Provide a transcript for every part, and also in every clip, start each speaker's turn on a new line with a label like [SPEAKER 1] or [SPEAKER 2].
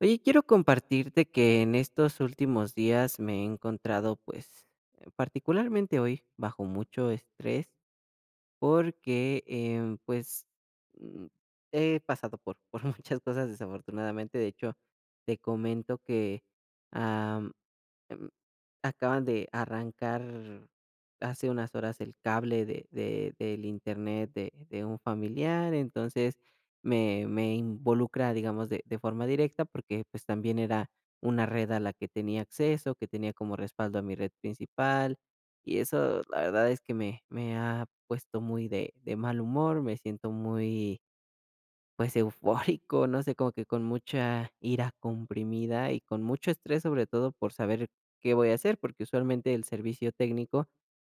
[SPEAKER 1] Oye, quiero compartirte que en estos últimos días me he encontrado, pues, particularmente hoy, bajo mucho estrés, porque, pues, mm, he pasado por muchas cosas desafortunadamente. De hecho, te comento que Em, acaban de arrancar hace unas horas el cable de del internet de un familiar. Entonces, me involucra, digamos, de forma directa, porque, pues, también era una red a la que tenía acceso, que tenía como respaldo a mi red principal, y eso la verdad es que me ha puesto muy de mal humor. Me siento muy, pues, eufórico, no sé, como que con mucha ira comprimida y con mucho estrés, sobre todo por saber qué voy a hacer, porque usualmente el servicio técnico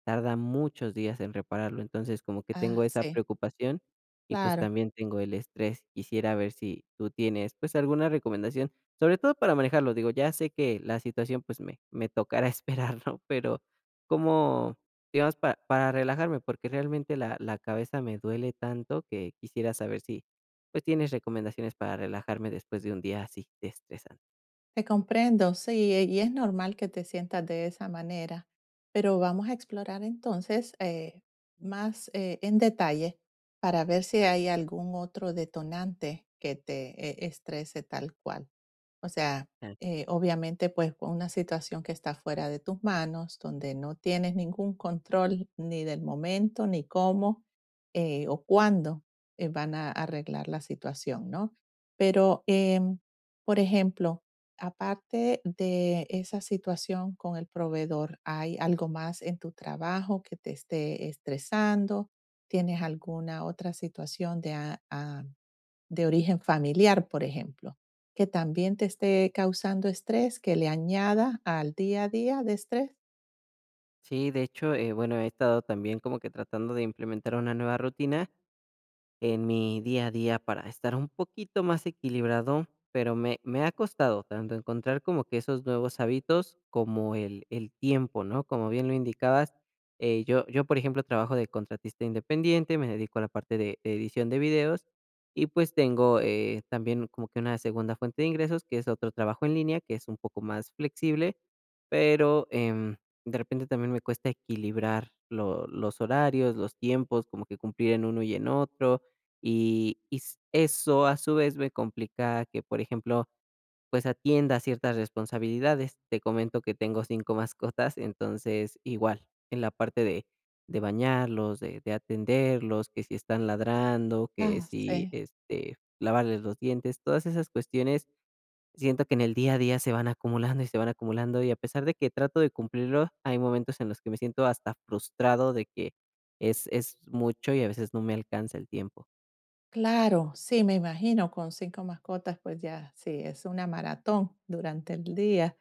[SPEAKER 1] tarda muchos días en repararlo. Entonces, como que tengo
[SPEAKER 2] Ah,
[SPEAKER 1] esa
[SPEAKER 2] sí,
[SPEAKER 1] preocupación y, pues,
[SPEAKER 2] claro,
[SPEAKER 1] también tengo el estrés. Quisiera ver si tú tienes, pues, alguna recomendación, sobre todo para manejarlo. Digo, ya sé que la situación, pues, me tocará esperar, ¿no? Pero, ¿cómo, digamos, para relajarme? Porque realmente la cabeza me duele tanto que quisiera saber si, pues, ¿tienes recomendaciones para relajarme después de un día así de estresante?
[SPEAKER 2] te comprendo, sí, y es normal que te sientas de esa manera, pero vamos a explorar entonces más en detalle para ver si hay algún otro detonante que te estrese tal cual. O sea,
[SPEAKER 1] Claro.
[SPEAKER 2] obviamente, pues fue una situación que está fuera de tus manos, donde no tienes ningún control ni del momento, ni cómo o cuándo van a arreglar la situación, ¿no? Pero, por ejemplo, aparte de esa situación con el proveedor, ¿hay algo más en tu trabajo que te esté estresando? ¿Tienes alguna otra situación de origen familiar, por ejemplo, que también te esté causando estrés, que le añada al día a día de estrés?
[SPEAKER 1] Sí, de hecho, bueno, he estado también como que tratando de implementar una nueva rutina en mi día a día para estar un poquito más equilibrado, pero me ha costado tanto encontrar como que esos nuevos hábitos como el tiempo, ¿no? Como bien lo indicabas, yo, por ejemplo, trabajo de contratista independiente, me dedico a la parte de edición de videos y, pues, tengo, también como que una segunda fuente de ingresos, que es otro trabajo en línea, que es un poco más flexible, pero, de repente también me cuesta equilibrar lo los horarios, los tiempos, como que cumplir en uno y en otro, y s eso, a su vez, me complica que, por ejemplo, pues, atienda ciertas responsabilidades. Te comento que tengo 5 mascotas. Entonces, igual, en la parte de bañarlos, de atenderlos, que si están ladrando, que
[SPEAKER 2] Ah,
[SPEAKER 1] si,
[SPEAKER 2] sí,
[SPEAKER 1] este, lavarles los dientes, todas esas cuestiones, siento que en el día a día se van acumulando y se van acumulando, y a pesar de que trato de cumplirlo, hay momentos en los que me siento hasta frustrado de que es mucho y a veces no me alcanza el tiempo.
[SPEAKER 2] claro, sí, me imagino, con 5 mascotas, pues ya, sí, es una maratón durante el día.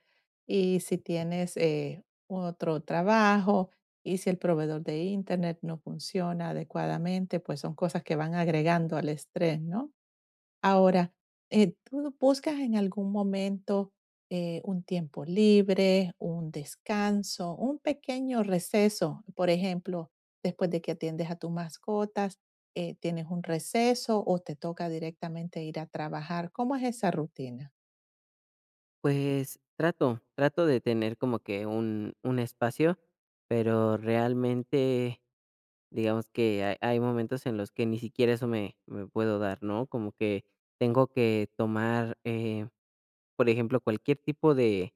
[SPEAKER 2] Y si tienes otro trabajo y si el proveedor de internet no funciona adecuadamente, pues son cosas que van agregando al estrés, ¿no? Ahora, ¿tú buscas en algún momento un tiempo libre, un descanso, un pequeño receso? Por ejemplo, después de que atiendes a tus mascotas, ¿tienes un receso o te toca directamente ir a trabajar? ¿Cómo es esa rutina?
[SPEAKER 1] Pues trato, trato de tener como que un espacio, pero realmente digamos que hay momentos en los que ni siquiera eso me, me puedo dar, ¿no? Como que tengo que tomar, por ejemplo, cualquier tipo de,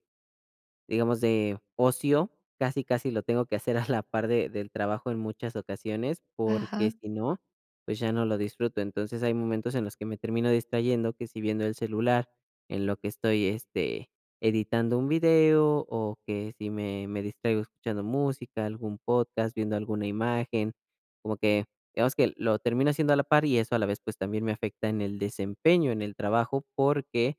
[SPEAKER 1] digamos, de ocio, casi, casi lo tengo que hacer a la par de del trabajo en muchas ocasiones,
[SPEAKER 2] Ajá.
[SPEAKER 1] porque si no, pues ya no lo disfruto. Entonces, hay momentos en los que me termino distrayendo, que si viendo el celular, en lo que estoy, este, editando un video, o que si me distraigo escuchando música, algún podcast, viendo alguna imagen, como que, digamos que lo termino haciendo a la par, y eso a la vez, pues, también me afecta en el desempeño en el trabajo porque,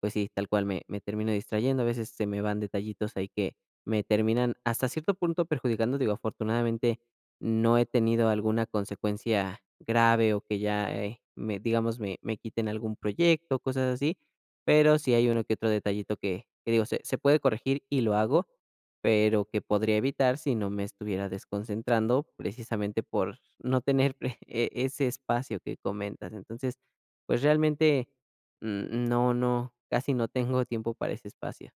[SPEAKER 1] pues sí, tal cual, me termino distrayendo, a veces se me van detallitos ahí que me terminan hasta cierto punto perjudicando. Digo, afortunadamente no he tenido alguna consecuencia grave o que ya, me digamos, me quiten algún proyecto, cosas así, pero sí hay uno que otro detallito que digo, se puede corregir y lo hago, pero que podría evitar si no me estuviera desconcentrando precisamente por no tener pre ese espacio que comentas. Entonces, pues realmente, no, no, casi no tengo tiempo para ese espacio.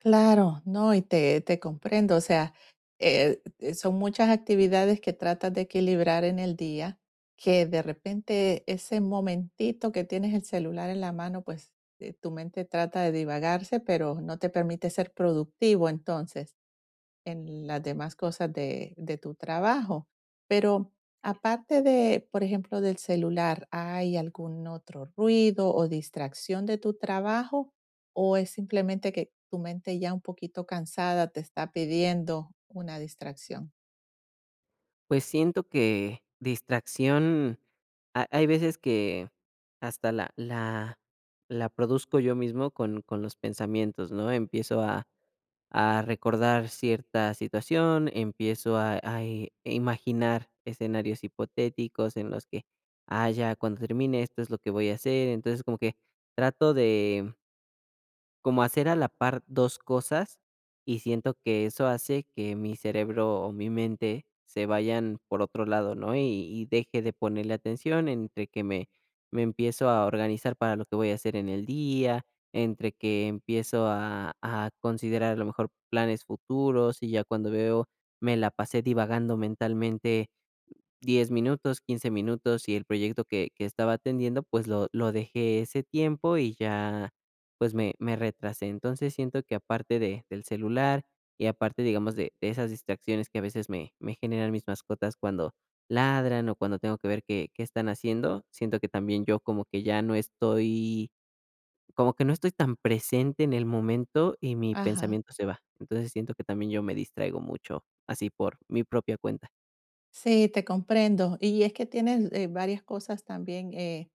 [SPEAKER 2] Claro, no, y te comprendo, o sea, son muchas actividades que tratas de equilibrar en el día, que de repente ese momentito que tienes el celular en la mano, pues tu mente trata de divagarse, pero no te permite ser productivo entonces en las demás cosas de tu trabajo. Pero aparte de, por ejemplo, del celular, ¿hay algún otro ruido o distracción de tu trabajo? ¿O es simplemente que tu mente ya un poquito cansada te está pidiendo una distracción?
[SPEAKER 1] Pues siento que distracción, ha hay veces que hasta la la produzco yo mismo con los pensamientos, ¿no? Empiezo a recordar cierta situación, empiezo a i e imaginar escenarios hipotéticos en los que, ah, ya cuando termine esto es lo que voy a hacer. Entonces, como que trato de como hacer a la par 2 cosas, y siento que eso hace que mi cerebro o mi mente se vayan por otro lado, ¿no? Y deje de ponerle atención entre que me empiezo a organizar para lo que voy a hacer en el día, entre que empiezo a considerar a lo mejor planes futuros, y ya cuando veo me la pasé divagando mentalmente 10 minutos, 15 minutos, y el proyecto que estaba atendiendo, pues, lo dejé ese tiempo y ya, pues, me retrasé. Entonces, siento que aparte de del celular y aparte, digamos, de esas distracciones que a veces me generan mis mascotas cuando ladran o cuando tengo que ver qué están haciendo, siento que también yo como que ya no estoy, como que no estoy tan presente en el momento y mi
[SPEAKER 2] Ajá.
[SPEAKER 1] pensamiento se va. Entonces, siento que también yo me distraigo mucho así por mi propia cuenta.
[SPEAKER 2] Sí, te comprendo. Y es que tienes varias cosas también,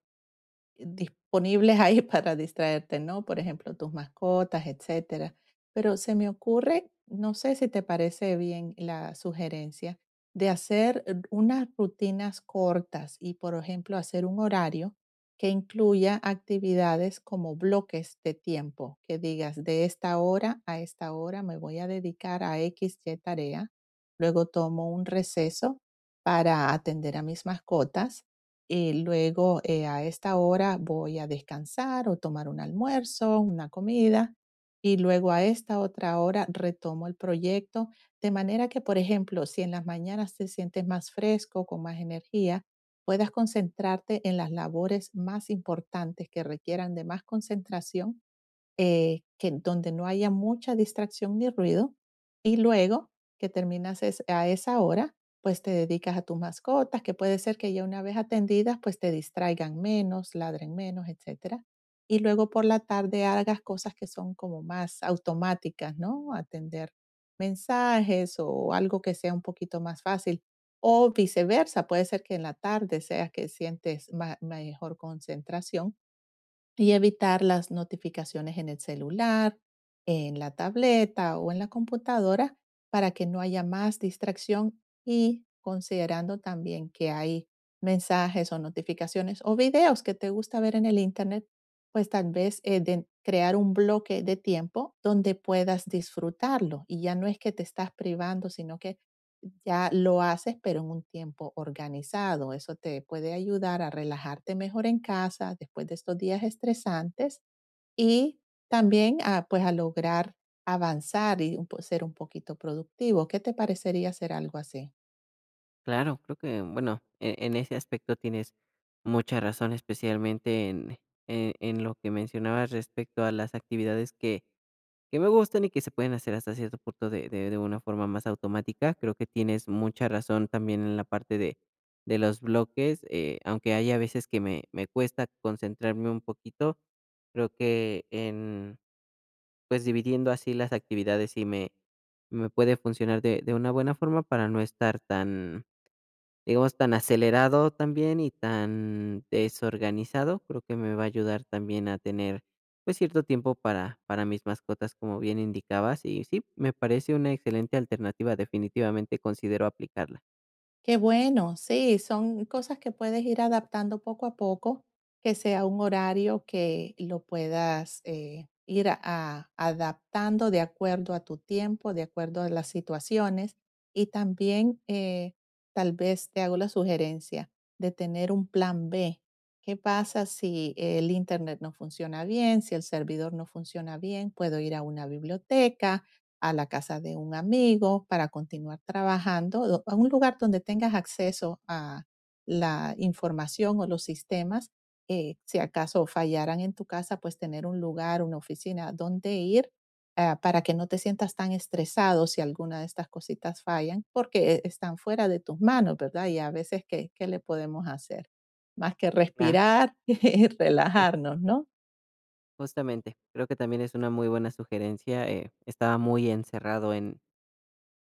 [SPEAKER 2] disponibles ahí para distraerte, ¿no? Por ejemplo, tus mascotas, etcétera. Pero se me ocurre, no sé si te parece bien la sugerencia de hacer unas rutinas cortas y, por ejemplo, hacer un horario que incluya actividades como bloques de tiempo, que digas de esta hora a esta hora me voy a dedicar a X, Y tarea, luego tomo un receso para atender a mis mascotas, luego a esta hora voy a descansar o tomar un almuerzo, una comida, y luego a esta otra hora retomo el proyecto, de manera que, por ejemplo, si en las mañanas te sientes más fresco, con más energía, puedas concentrarte en las labores más importantes que requieran de más concentración, que donde no haya mucha distracción ni ruido, y luego que a esa hora, pues te dedicas a tus mascotas, que puede ser que ya una vez atendidas, pues te distraigan menos, ladren menos, etcétera. Y luego por la tarde hagas cosas que son como más automáticas, ¿no? Atender mensajes o algo que sea un poquito más fácil. O viceversa, puede ser que en la tarde sea que sientes mejor concentración y evitar las notificaciones en el celular, en la tableta o en la computadora, para que no haya más distracción y considerando también que hay mensajes o notificaciones o videos que te gusta ver en el Internet, pues tal vez de crear un bloque de tiempo donde puedas disfrutarlo y ya no es que te estás privando, sino que ya lo haces, pero en un tiempo organizado. Eso te puede ayudar a relajarte mejor en casa después de estos días estresantes y también a, pues, a lograr avanzar y ser un poquito productivo. ¿Qué te parecería hacer algo así?
[SPEAKER 1] Claro, creo que, bueno, en ese aspecto tienes mucha razón, especialmente en lo que mencionabas respecto a las actividades que me gustan y que se pueden hacer hasta cierto punto de una forma más automática. Creo que tienes mucha razón también en la parte de los bloques, aunque hay a veces que me cuesta concentrarme un poquito, creo que en, pues dividiendo así las actividades sí me puede funcionar de una buena forma para no estar tan, digamos, tan acelerado también y tan desorganizado. Creo que me va a ayudar también a tener, pues, cierto tiempo para mis mascotas, como bien indicabas. Y sí, me parece una excelente alternativa, definitivamente considero aplicarla.
[SPEAKER 2] Qué bueno, sí, son cosas que puedes ir adaptando poco a poco, que sea un horario que lo puedas, ir adaptando de acuerdo a tu tiempo, de acuerdo a las situaciones. Y también, tal vez te hago la sugerencia de tener un plan B. ¿Qué pasa si el internet no funciona bien, si el servidor no funciona bien? Puedo ir a una biblioteca, a la casa de un amigo para continuar trabajando, a un lugar donde tengas acceso a la información o los sistemas, si acaso fallaran en tu casa, pues tener un lugar, una oficina donde ir, ah, para que no te sientas tan estresado si alguna de estas cositas fallan, porque están fuera de tus manos, ¿verdad? Y a veces, ¿qué, qué le podemos hacer? Más que
[SPEAKER 1] Claro,
[SPEAKER 2] respirar y relajarnos, ¿no?
[SPEAKER 1] justamente, creo que también es una muy buena sugerencia. Estaba muy encerrado en,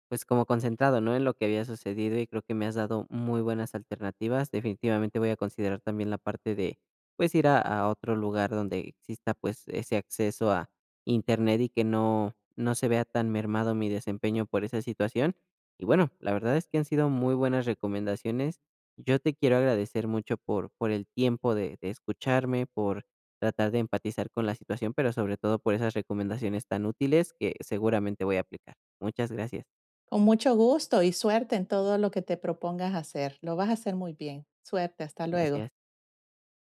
[SPEAKER 1] pues, como concentrado, ¿no?, en lo que había sucedido, y creo que me has dado muy buenas alternativas. Definitivamente voy a considerar también la parte de, pues, ir a otro lugar donde exista, pues, ese acceso a Internet y que no se vea tan mermado mi desempeño por esa situación. Y bueno, la verdad es que han sido muy buenas recomendaciones. Yo te quiero agradecer mucho por el tiempo de escucharme, por tratar de empatizar con la situación, pero sobre todo por esas recomendaciones tan útiles que seguramente voy a aplicar. Muchas gracias.
[SPEAKER 2] Con mucho gusto y suerte en todo lo que te propongas hacer. Lo vas a hacer muy bien. Suerte, hasta luego.
[SPEAKER 1] Gracias.